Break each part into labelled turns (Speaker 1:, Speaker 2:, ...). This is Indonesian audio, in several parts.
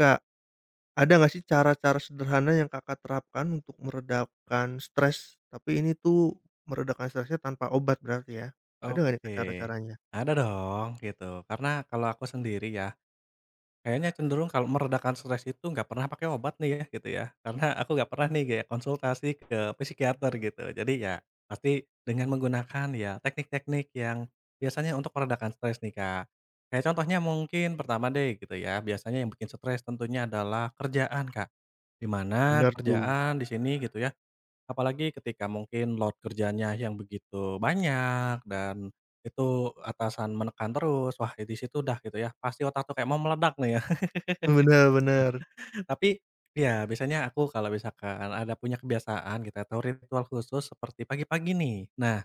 Speaker 1: Kak, ada nggak sih cara-cara sederhana yang Kakak terapkan untuk meredakan stres? Tapi ini tuh meredakan stresnya tanpa obat berarti ya? Ada nggak nih Kak
Speaker 2: Oke,
Speaker 1: cara-caranya?
Speaker 2: ada dong gitu. Karena kalau aku sendiri ya, kayaknya cenderung kalau meredakan stres itu nggak pernah pakai obat nih ya gitu ya. Karena aku nggak pernah nih kayak konsultasi ke psikiater gitu. Jadi ya pasti dengan menggunakan ya teknik-teknik yang biasanya untuk meredakan stres nih, Kak. Kayak contohnya mungkin pertama deh gitu ya, biasanya yang bikin stres tentunya adalah kerjaan, Kak. Di mana
Speaker 1: Bener tuh.
Speaker 2: kerjaan di sini gitu ya. Apalagi ketika mungkin load kerjanya yang begitu banyak dan itu atasan menekan terus, wah di situ udah gitu ya, pasti otak tuh kayak mau meledak nih ya.
Speaker 1: Bener bener,
Speaker 2: Tapi ya biasanya aku kalau misalkan ada punya kebiasaan gitu atau ritual khusus seperti pagi-pagi nih. Nah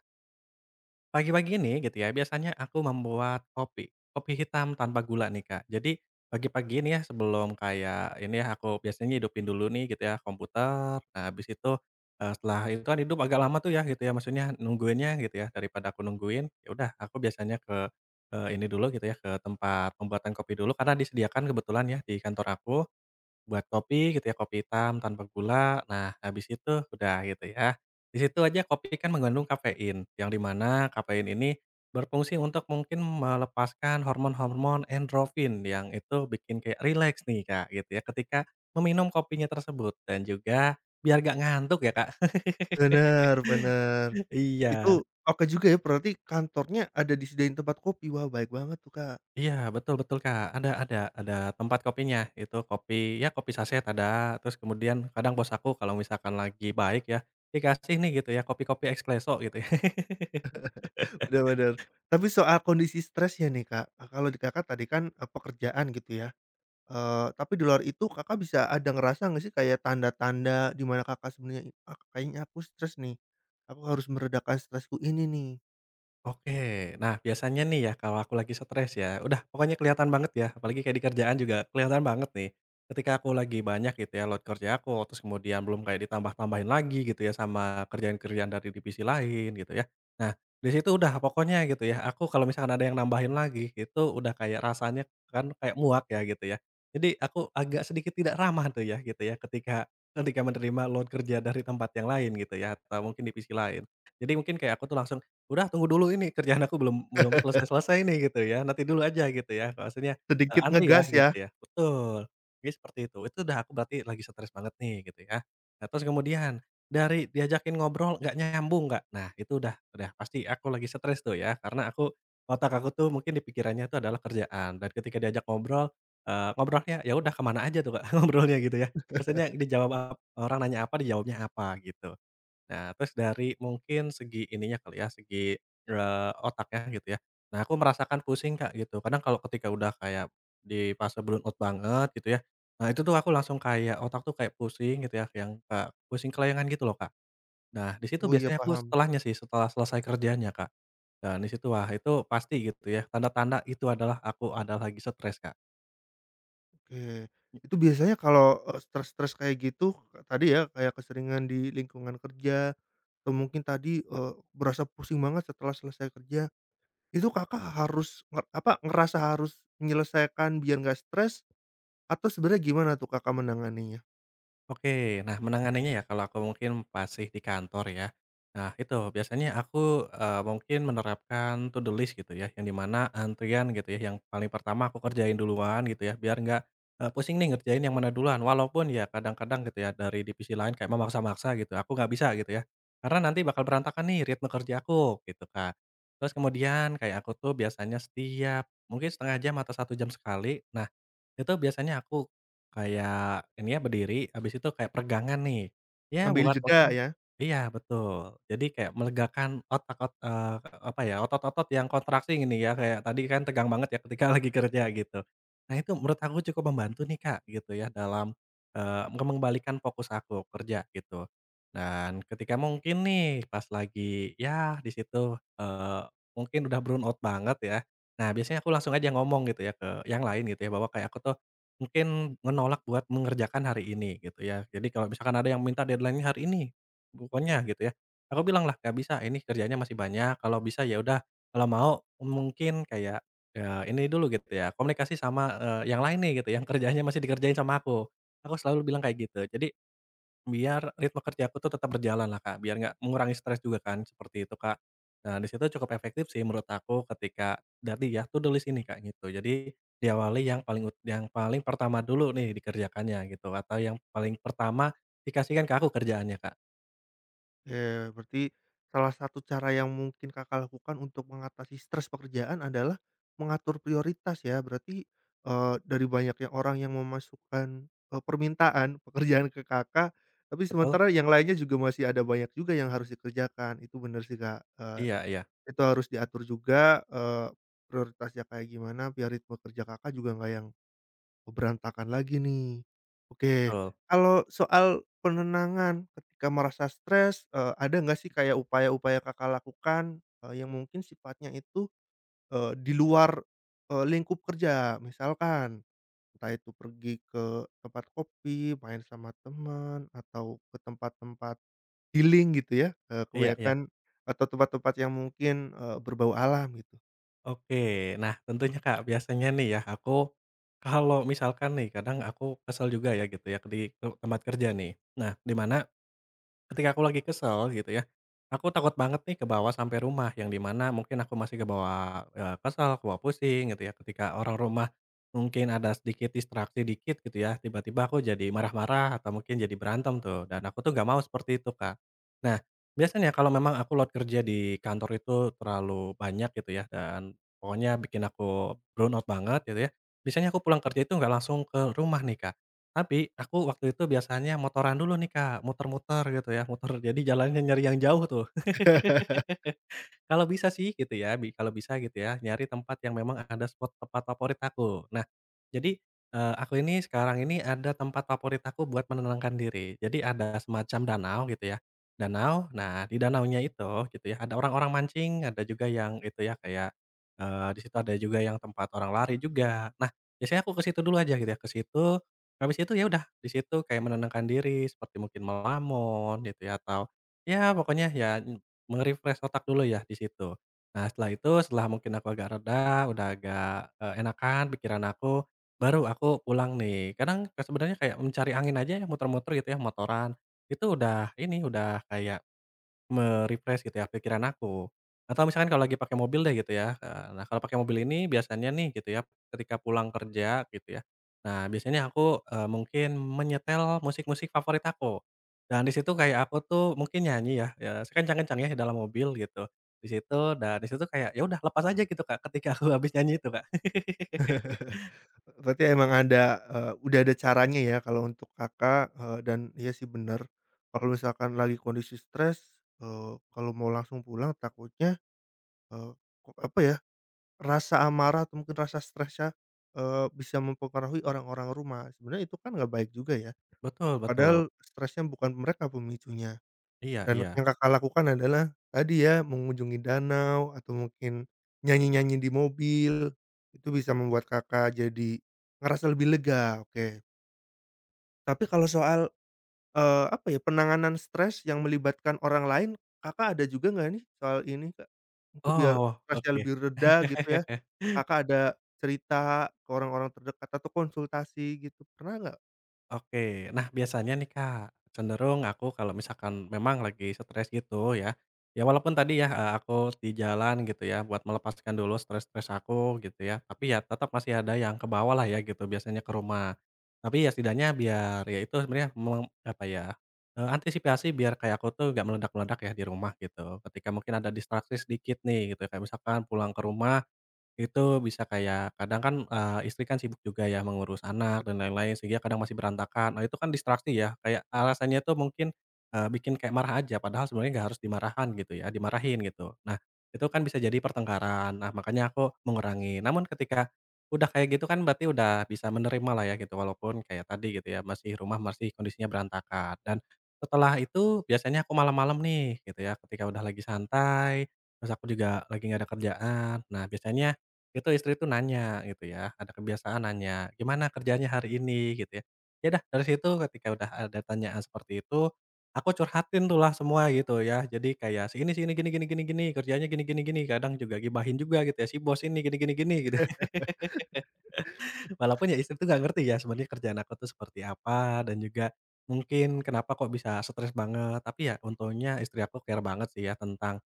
Speaker 2: Pagi-pagi ini gitu ya, biasanya aku membuat kopi. Kopi hitam tanpa gula nih, Kak. Jadi pagi-pagi ini ya sebelum kayak ini ya aku biasanya hidupin dulu nih gitu ya komputer. Nah, habis itu, setelah itu kan hidup agak lama tuh ya gitu ya, maksudnya nungguinnya gitu ya. Daripada aku nungguin, ya udah aku biasanya ke, ini dulu gitu ya, ke tempat pembuatan kopi dulu karena disediakan kebetulan ya di kantor aku. Buat kopi gitu ya, kopi hitam tanpa gula. Nah, habis itu udah gitu ya. Di situ aja kopi kan mengandung kafein, yang di mana kafein ini berfungsi untuk mungkin melepaskan hormon-hormon endorfin yang itu bikin kayak relax nih, Kak, gitu ya, ketika meminum kopinya tersebut dan juga biar gak ngantuk ya, Kak.
Speaker 1: Bener bener. Itu
Speaker 2: Iya.
Speaker 1: oke juga ya berarti kantornya ada disediain tempat kopi, wah baik banget tuh Kak.
Speaker 2: Iya, betul betul, Kak. Ada tempat kopinya. Itu kopi, ya kopi saset ada, terus kemudian kadang bos aku kalau misalkan lagi baik ya, dikasih nih," gitu ya, "kopi-kopi espresso," gitu ya.
Speaker 1: Bener bener. Tapi soal kondisi stresnya nih Kak, kalau di Kakak tadi kan, pekerjaan gitu ya? Tapi di luar itu Kakak bisa ada ngerasa nggak sih kayak tanda-tanda di mana Kakak sebenarnya, "Ah, kayaknya aku stres nih, aku harus meredakan stresku ini nih."
Speaker 2: Oke. Nah, biasanya nih ya kalau aku lagi stres ya, udah pokoknya kelihatan banget ya, apalagi kayak di kerjaan juga kelihatan banget nih. Ketika aku lagi banyak gitu ya load kerja aku, terus kemudian belum kayak ditambah-tambahin lagi gitu ya sama kerjaan-kerjaan dari divisi lain gitu ya. Nah, di situ udah pokoknya gitu ya, aku kalau misalkan ada yang nambahin lagi, itu udah kayak rasanya kan kayak muak ya gitu ya. Jadi aku agak sedikit tidak ramah tuh ya gitu ya ketika ketika menerima load kerja dari tempat yang lain gitu ya atau mungkin divisi lain. Jadi mungkin kayak aku tuh langsung udah tunggu dulu ini kerjaan aku belum belum selesai-selesai nih gitu ya, nanti dulu aja gitu ya, maksudnya,
Speaker 1: Sedikit
Speaker 2: antri ya
Speaker 1: ngegas ya?
Speaker 2: gitu ya, betul, jadi seperti itu udah aku berarti lagi stres banget nih gitu ya. Nah terus kemudian, dari diajakin ngobrol nggak nyambung, Kak, nah itu udah pasti aku lagi stres tuh ya karena otak aku tuh mungkin di pikirannya itu adalah kerjaan dan ketika diajak ngobrol, ngobrolnya ya udah ke mana aja tuh, Kak, ngobrolnya gitu ya, maksudnya dijawab orang nanya apa dijawabnya apa gitu. Nah, terus dari mungkin segi ininya kali ya, segi, otaknya gitu ya. Nah, aku merasakan pusing, Kak, gitu. Kadang kalau ketika udah kayak di fase burnout banget gitu ya, nah itu tuh aku langsung kayak otak tuh kayak pusing gitu ya, yang, pusing kelayangan gitu loh, Kak. Nah, di situ
Speaker 1: Oh iya
Speaker 2: biasanya aku
Speaker 1: paham,
Speaker 2: setelahnya sih, setelah selesai kerjanya, Kak. Dan di situ, wah itu pasti gitu ya, tanda-tanda itu adalah aku adalah lagi stres, Kak.
Speaker 1: oke. Itu biasanya kalau, stres-stres kayak gitu tadi ya, kayak keseringan di lingkungan kerja atau mungkin tadi, berasa pusing banget setelah selesai kerja, itu Kakak harus nge apa, ngerasa harus menyelesaikan biar nggak stres atau sebenarnya gimana tuh Kakak menanganinya?
Speaker 2: Oke, nah menanganinya ya kalau aku mungkin masih di kantor ya. Nah itu biasanya aku, mungkin menerapkan to do list gitu ya, yang dimana antrian gitu ya, yang paling pertama aku kerjain duluan gitu ya, biar nggak, pusing nih ngerjain yang mana duluan. Walaupun ya kadang-kadang gitu ya dari divisi lain kayak memaksa-maksa gitu, aku nggak bisa gitu ya. Karena nanti bakal berantakan nih ritme kerja aku gitu, Kak. Terus kemudian kayak aku tuh biasanya setiap mungkin setengah jam atau satu jam sekali, nah itu biasanya aku kayak ini ya berdiri, habis itu kayak peregangan nih. Ya
Speaker 1: Ngambil
Speaker 2: buat
Speaker 1: jeda
Speaker 2: mungkin.
Speaker 1: ya?
Speaker 2: Iya, betul. Jadi kayak melegakan apa ya, otot-otot yang kontraksi ini ya, kayak tadi kan tegang banget ya ketika lagi kerja gitu. Nah itu menurut aku cukup membantu nih, Kak, gitu ya dalam, mengembalikan fokus aku kerja gitu. Dan ketika mungkin nih pas lagi ya di situ, mungkin udah burn out banget ya. Nah, biasanya aku langsung aja ngomong gitu ya ke yang lain gitu ya, bahwa kayak aku tuh mungkin menolak buat mengerjakan hari ini gitu ya. Jadi kalau misalkan ada yang minta deadline hari ini, pokoknya gitu ya. Aku bilang lah, gak bisa, ini kerjanya masih banyak, kalau bisa ya udah, kalau mau mungkin kayak, ini dulu," gitu ya, komunikasi sama, yang lain nih gitu, yang kerjanya masih dikerjain sama aku. Aku selalu bilang kayak gitu. Jadi biar ritme kerja aku tuh tetap berjalan lah, Kak, biar nggak mengurangi stres juga kan, seperti itu, Kak. Nah, di situ cukup efektif sih menurut aku ketika tadi ya, tuh do list ini, Kak, gitu. Jadi diawali yang paling ut yang paling pertama dulu nih dikerjakannya gitu, atau yang paling pertama dikasihkan ke aku kerjaannya, Kak,
Speaker 1: Ya berarti salah satu cara yang mungkin Kakak lakukan untuk mengatasi stres pekerjaan adalah mengatur prioritas ya. Berarti, dari banyaknya orang yang memasukkan, permintaan pekerjaan ke Kakak, tapi
Speaker 2: betul?
Speaker 1: sementara yang lainnya juga masih ada banyak juga yang harus dikerjakan. Itu benar sih, Kak,
Speaker 2: Iya iya,
Speaker 1: itu harus diatur juga, prioritasnya kayak gimana biar ritme kerja Kakak juga nggak yang Oh, berantakan lagi nih. Oke,
Speaker 2: betul.
Speaker 1: kalau soal penenangan ketika merasa stres, ada nggak sih kayak upaya-upaya Kakak lakukan, yang mungkin sifatnya itu, di luar, lingkup kerja? Misalkan entah itu pergi ke tempat kopi, main sama teman, atau ke tempat-tempat healing gitu ya,
Speaker 2: Iya iya,
Speaker 1: kebanyakan atau tempat-tempat yang mungkin, berbau alam gitu?
Speaker 2: oke. Nah, tentunya, Kak, biasanya nih ya aku kalau misalkan nih kadang aku kesel juga ya gitu ya, di tempat kerja nih. Nah, di mana ketika aku lagi kesel gitu ya, aku takut banget nih ke bawah sampai rumah, yang dimana mungkin aku masih kebawa, kesel, kebawa pusing gitu ya, ketika orang rumah mungkin ada sedikit distraksi dikit gitu ya, tiba-tiba aku jadi marah-marah atau mungkin jadi berantem tuh, dan aku tuh nggak mau seperti itu, Kak. Nah, biasanya kalau memang aku load kerja di kantor itu terlalu banyak gitu ya, dan pokoknya bikin aku burn out banget gitu ya, biasanya aku pulang kerja itu nggak langsung ke rumah nih, Kak. Tapi, aku waktu itu biasanya motoran dulu nih, Kak, muter-muter gitu ya, muter jadi jalannya nyari yang jauh tuh. Kalau bisa sih gitu ya, kalau bisa gitu ya, nyari tempat yang memang ada spot tempat favorit aku. Nah, jadi, aku ini sekarang ini ada tempat favorit aku buat menenangkan diri. Jadi ada semacam danau gitu ya, danau, nah di danaunya itu gitu ya, ada orang-orang mancing, ada juga yang itu ya kayak, di situ ada juga yang tempat orang lari juga. Nah, biasanya aku ke situ dulu aja gitu ya, ke situ, habis itu ya udah di situ kayak menenangkan diri seperti mungkin melamun gitu ya, atau ya pokoknya ya menge-refresh otak dulu ya di situ. Nah setelah itu, setelah mungkin aku agak reda, udah agak, enakan pikiran aku, baru aku pulang nih. Kadang, sebenarnya kayak mencari angin aja ya muter-muter gitu ya, motoran, itu udah ini, udah kayak me-refresh gitu ya pikiran aku. Atau misalkan kalau lagi pakai mobil deh gitu ya, nah kalau pakai mobil ini biasanya nih gitu ya, ketika pulang kerja gitu ya, nah biasanya aku, mungkin menyetel musik-musik favorit aku. Dan di situ kayak aku tuh mungkin nyanyi ya, ya sekencang kencang ya dalam mobil gitu. Di situ di situ kayak ya udah lepas aja gitu, Kak, ketika aku habis nyanyi itu, Kak.
Speaker 1: Berarti emang ada, udah ada caranya ya kalau untuk Kakak, dan iya sih benar kalau misalkan lagi kondisi stres, kalau mau langsung pulang takutnya, eee, ko apa ya, rasa amarah atau mungkin rasa stresnya, bisa mempengaruhi orang-orang rumah. Sebenarnya itu kan nggak baik juga ya,
Speaker 2: Betul betul.
Speaker 1: padahal stresnya bukan mereka pemicunya.
Speaker 2: Iya
Speaker 1: Dan
Speaker 2: iya.
Speaker 1: yang Kakak lakukan adalah tadi ya, mengunjungi danau atau mungkin nyanyi-nyanyi di mobil, itu bisa membuat Kakak jadi ngerasa lebih lega, oke. Tapi kalau soal, apa ya, penanganan stres yang melibatkan orang lain, Kakak ada juga nggak nih soal ini, Kak? Mungkin biar
Speaker 2: Oh,
Speaker 1: stresnya
Speaker 2: oke.
Speaker 1: lebih reda gitu ya, Kakak ada cerita ke orang-orang terdekat atau konsultasi gitu, pernah nggak?
Speaker 2: Oke. Nah, biasanya nih, Kak, cenderung aku kalau misalkan memang lagi stres gitu ya, ya walaupun tadi ya, aku di jalan gitu ya buat melepaskan dulu stres-stres aku gitu ya, tapi ya tetap masih ada yang ke bawah lah ya gitu biasanya ke rumah. Tapi ya setidaknya biar ya itu sebenarnya apa ya, antisipasi biar kayak aku tuh gak meledak-meledak ya di rumah gitu. Ketika mungkin ada distraksi sedikit nih gitu, kayak misalkan pulang ke rumah itu bisa kayak kadang kan, istri kan sibuk juga ya mengurus anak dan lain-lain sehingga kadang masih berantakan. Nah itu kan distraksi ya, kayak alasannya tuh mungkin, bikin kayak marah aja padahal sebenarnya nggak harus dimarahan gitu ya, dimarahin gitu. Nah itu kan bisa jadi pertengkaran, nah makanya aku mengurangi. Namun ketika udah kayak gitu kan berarti udah bisa menerima lah ya gitu walaupun kayak tadi gitu ya, rumah masih kondisinya berantakan. Dan setelah itu biasanya aku malam-malam nih gitu ya, ketika udah lagi santai, terus aku juga lagi nggak ada kerjaan. Nah biasanya itu istri itu nanya gitu ya, ada kebiasaan nanya, "Gimana kerjanya hari ini?" Gitu ya. Ya dah dari situ ketika udah ada tanyaan seperti itu, aku curhatin tuh lah semua gitu ya. Jadi kayak si ini, gini gini gini gini, kerjanya gini gini gini, kadang juga gibahin juga gitu ya, si bos ini gini gini gini gitu. Walaupun ya istri tuh nggak ngerti ya sebenarnya kerjaan aku tuh seperti apa dan juga mungkin kenapa kok bisa stres banget. Tapi ya untungnya istri aku care banget sih ya tentang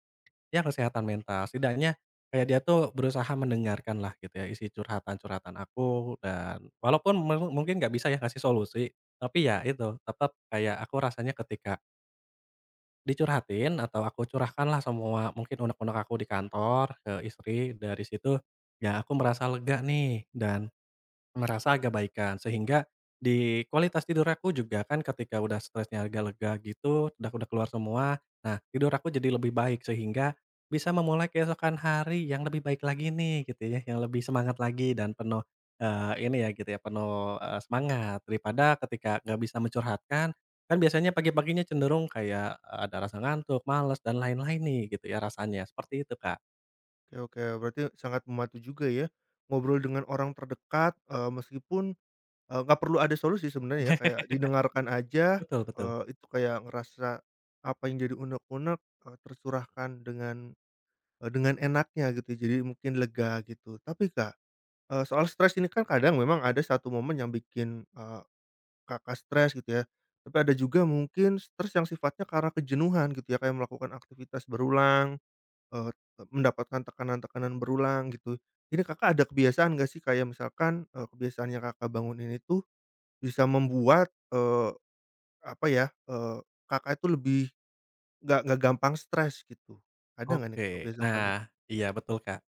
Speaker 2: ya kesehatan mental. Setidaknya kayak dia tuh berusaha mendengarkan lah gitu ya isi curhatan-curhatan aku, dan walaupun mungkin nggak bisa ya ngasih solusi, tapi ya itu tetap kayak aku rasanya ketika dicurhatin atau aku curahkan lah semua mungkin unek-unek aku di kantor ke istri, dari situ ya aku merasa lega nih dan merasa agak baikan, sehingga di kualitas tidur aku juga kan ketika udah stresnya agak lega gitu, udah keluar semua, nah tidur aku jadi lebih baik sehingga bisa memulai keesokan hari yang lebih baik lagi nih gitu ya, yang lebih semangat lagi dan penuh, ini ya gitu ya, penuh, semangat daripada ketika nggak bisa mencurhatkan. Kan biasanya pagi-paginya cenderung kayak, ada rasa ngantuk, males dan lain-lain nih gitu ya rasanya, seperti itu Kak.
Speaker 1: Oke oke, berarti sangat membantu juga ya, ngobrol dengan orang terdekat, meskipun, nggak perlu ada solusi sebenarnya ya, kayak didengarkan aja,
Speaker 2: Betul betul.
Speaker 1: itu kayak ngerasa apa yang jadi unek-unek, tercurahkan dengan Eee, dengan enaknya gitu, jadi mungkin lega gitu. Tapi Kak, soal stres ini kan kadang memang ada satu momen yang bikin, Kakak stres gitu ya, tapi ada juga mungkin stres yang sifatnya karena kejenuhan gitu ya, kayak melakukan aktivitas berulang, eee, mendapatkan tekanan-tekanan berulang gitu. Ini Kakak ada kebiasaan gak sih kayak misalkan, kebiasaan yang Kakak bangunin itu bisa membuat, eee, apa ya, Kakak itu lebih nggak gampang stres gitu? Ada nggak nih Kak
Speaker 2: Oke,
Speaker 1: kebiasaan soal
Speaker 2: nah iya betul Kak.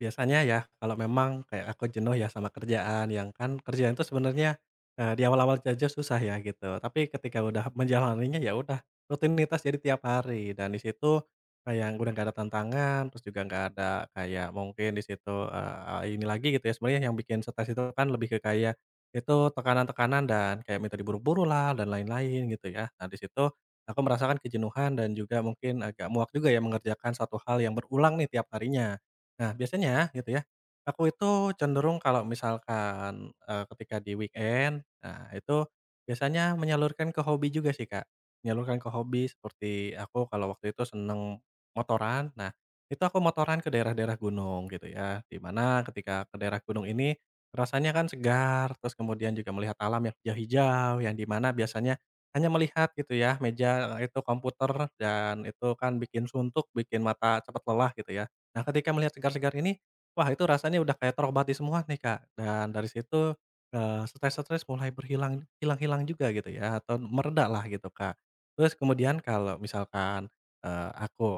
Speaker 2: Biasanya ya, kalau memang kayak aku jenuh ya sama kerjaan, yang kan kerjaan itu sebenarnya, di awal-awal aja susah ya gitu, tapi ketika udah menjalaninya ya udah rutinitas jadi tiap hari, dan di situ kayak udah nggak ada tantangan, terus juga nggak ada kayak mungkin di situ, ini lagi gitu ya, sebenarnya yang bikin stres itu kan lebih ke kayak itu tekanan-tekanan dan kayak minta diburu-buru lah dan lain-lain gitu ya. Nah di situ aku merasakan kejenuhan dan juga mungkin agak muak juga ya mengerjakan satu hal yang berulang nih tiap harinya. Nah, biasanya gitu ya, aku itu cenderung kalau misalkan, ketika di weekend, nah itu biasanya menyalurkan ke hobi juga sih, Kak. Menyalurkan ke hobi seperti aku kalau waktu itu seneng motoran, nah itu aku motoran ke daerah-daerah gunung gitu ya, di mana ketika ke daerah gunung ini rasanya kan segar, terus kemudian juga melihat alam yang hijau-hijau, yang di mana biasanya hanya melihat gitu ya meja, itu komputer, dan itu kan bikin suntuk, bikin mata cepat lelah gitu ya. Nah, ketika melihat segar-segar ini, wah itu rasanya udah kayak terobati semua nih, Kak. Dan dari situ, stres-stres mulai hilang-hilang juga gitu ya, atau mereda lah gitu, Kak. Terus kemudian kalau misalkan, aku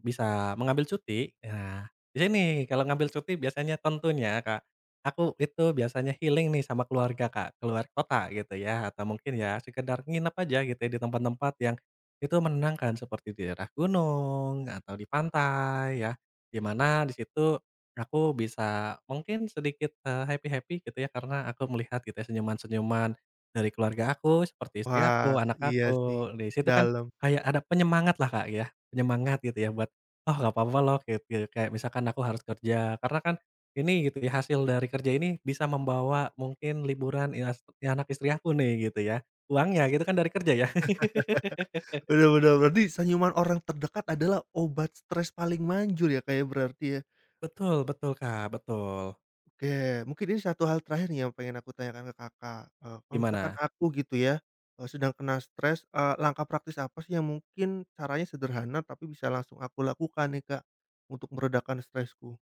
Speaker 2: bisa mengambil cuti, nah di sini kalau ngambil cuti biasanya tentunya, Kak, aku itu biasanya healing nih sama keluarga, Kak, keluar kota gitu ya, atau mungkin ya sekedar nginep aja gitu ya di tempat-tempat yang itu menenangkan seperti di daerah gunung atau di pantai ya. Di mana di situ aku bisa mungkin sedikit, happy-happy gitu ya karena aku melihat gitu ya senyuman-senyuman dari keluarga aku, seperti istri
Speaker 1: Wah,
Speaker 2: aku, anak
Speaker 1: iya
Speaker 2: aku.
Speaker 1: sih,
Speaker 2: Di situ kan
Speaker 1: dalam.
Speaker 2: kayak ada penyemangat lah, Kak, ya, penyemangat gitu ya buat, "Oh, nggak apa-apa loh," gitu ya. Kayak misalkan aku harus kerja, karena kan ini gitu ya hasil dari kerja ini bisa membawa mungkin liburan ias anak istri aku nih gitu ya. Uangnya gitu kan dari kerja ya.
Speaker 1: Bener bener, berarti senyuman orang terdekat adalah obat stres paling manjur ya, Kak, ya, berarti ya?
Speaker 2: Betul betul, Kak, betul.
Speaker 1: Oke, mungkin ini satu hal terakhir nih yang pengen aku tanyakan ke Kakak, kalau misalkan
Speaker 2: Gimana?
Speaker 1: aku gitu ya, sedang kena stres, langkah praktis apa sih yang mungkin caranya sederhana tapi bisa langsung aku lakukan nih, Kak, untuk meredakan stresku?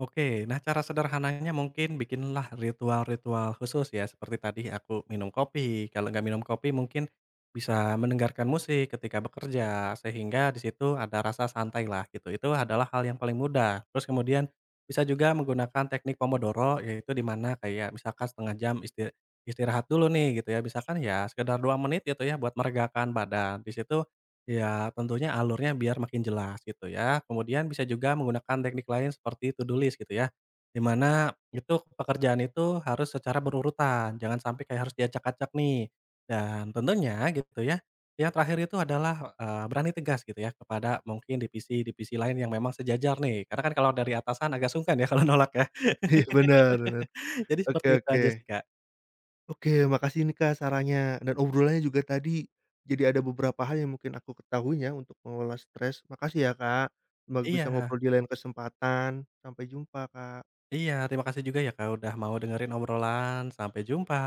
Speaker 2: Oke, nah cara sederhananya mungkin bikinlah ritual-ritual khusus ya, seperti tadi aku minum kopi, kalau nggak minum kopi mungkin bisa mendengarkan musik ketika bekerja, sehingga di situ ada rasa santai lah gitu, itu adalah hal yang paling mudah. Terus kemudian bisa juga menggunakan teknik Pomodoro, yaitu di mana kayak misalkan setengah jam istirahat dulu nih gitu ya, misalkan ya sekedar 2 menit gitu ya buat meregakan badan, di situ ya tentunya alurnya biar makin jelas gitu ya. Kemudian bisa juga menggunakan teknik lain seperti to do list gitu ya. Di mana itu pekerjaan itu harus secara berurutan, jangan sampai kayak harus diacak-acak nih. Dan tentunya gitu ya, yang terakhir itu adalah berani tegas gitu ya kepada mungkin divisi-divisi lain yang memang sejajar nih. Karena kan kalau dari atasan agak sungkan ya kalau nolak ya.
Speaker 1: Iya, bener bener.
Speaker 2: Jadi
Speaker 1: Oke
Speaker 2: seperti itu
Speaker 1: oke.
Speaker 2: aja sih, Kak.
Speaker 1: Oke, makasih nih Kak sarannya dan obrolannya juga tadi. Jadi ada beberapa hal yang mungkin aku ketahuinya untuk mengelola stres. Makasih ya Kak, semoga bisa ngobrol
Speaker 2: Iya
Speaker 1: di lain kesempatan. Sampai jumpa Kak.
Speaker 2: iya, terima kasih juga ya, Kak, udah mau dengerin obrolan. Sampai jumpa.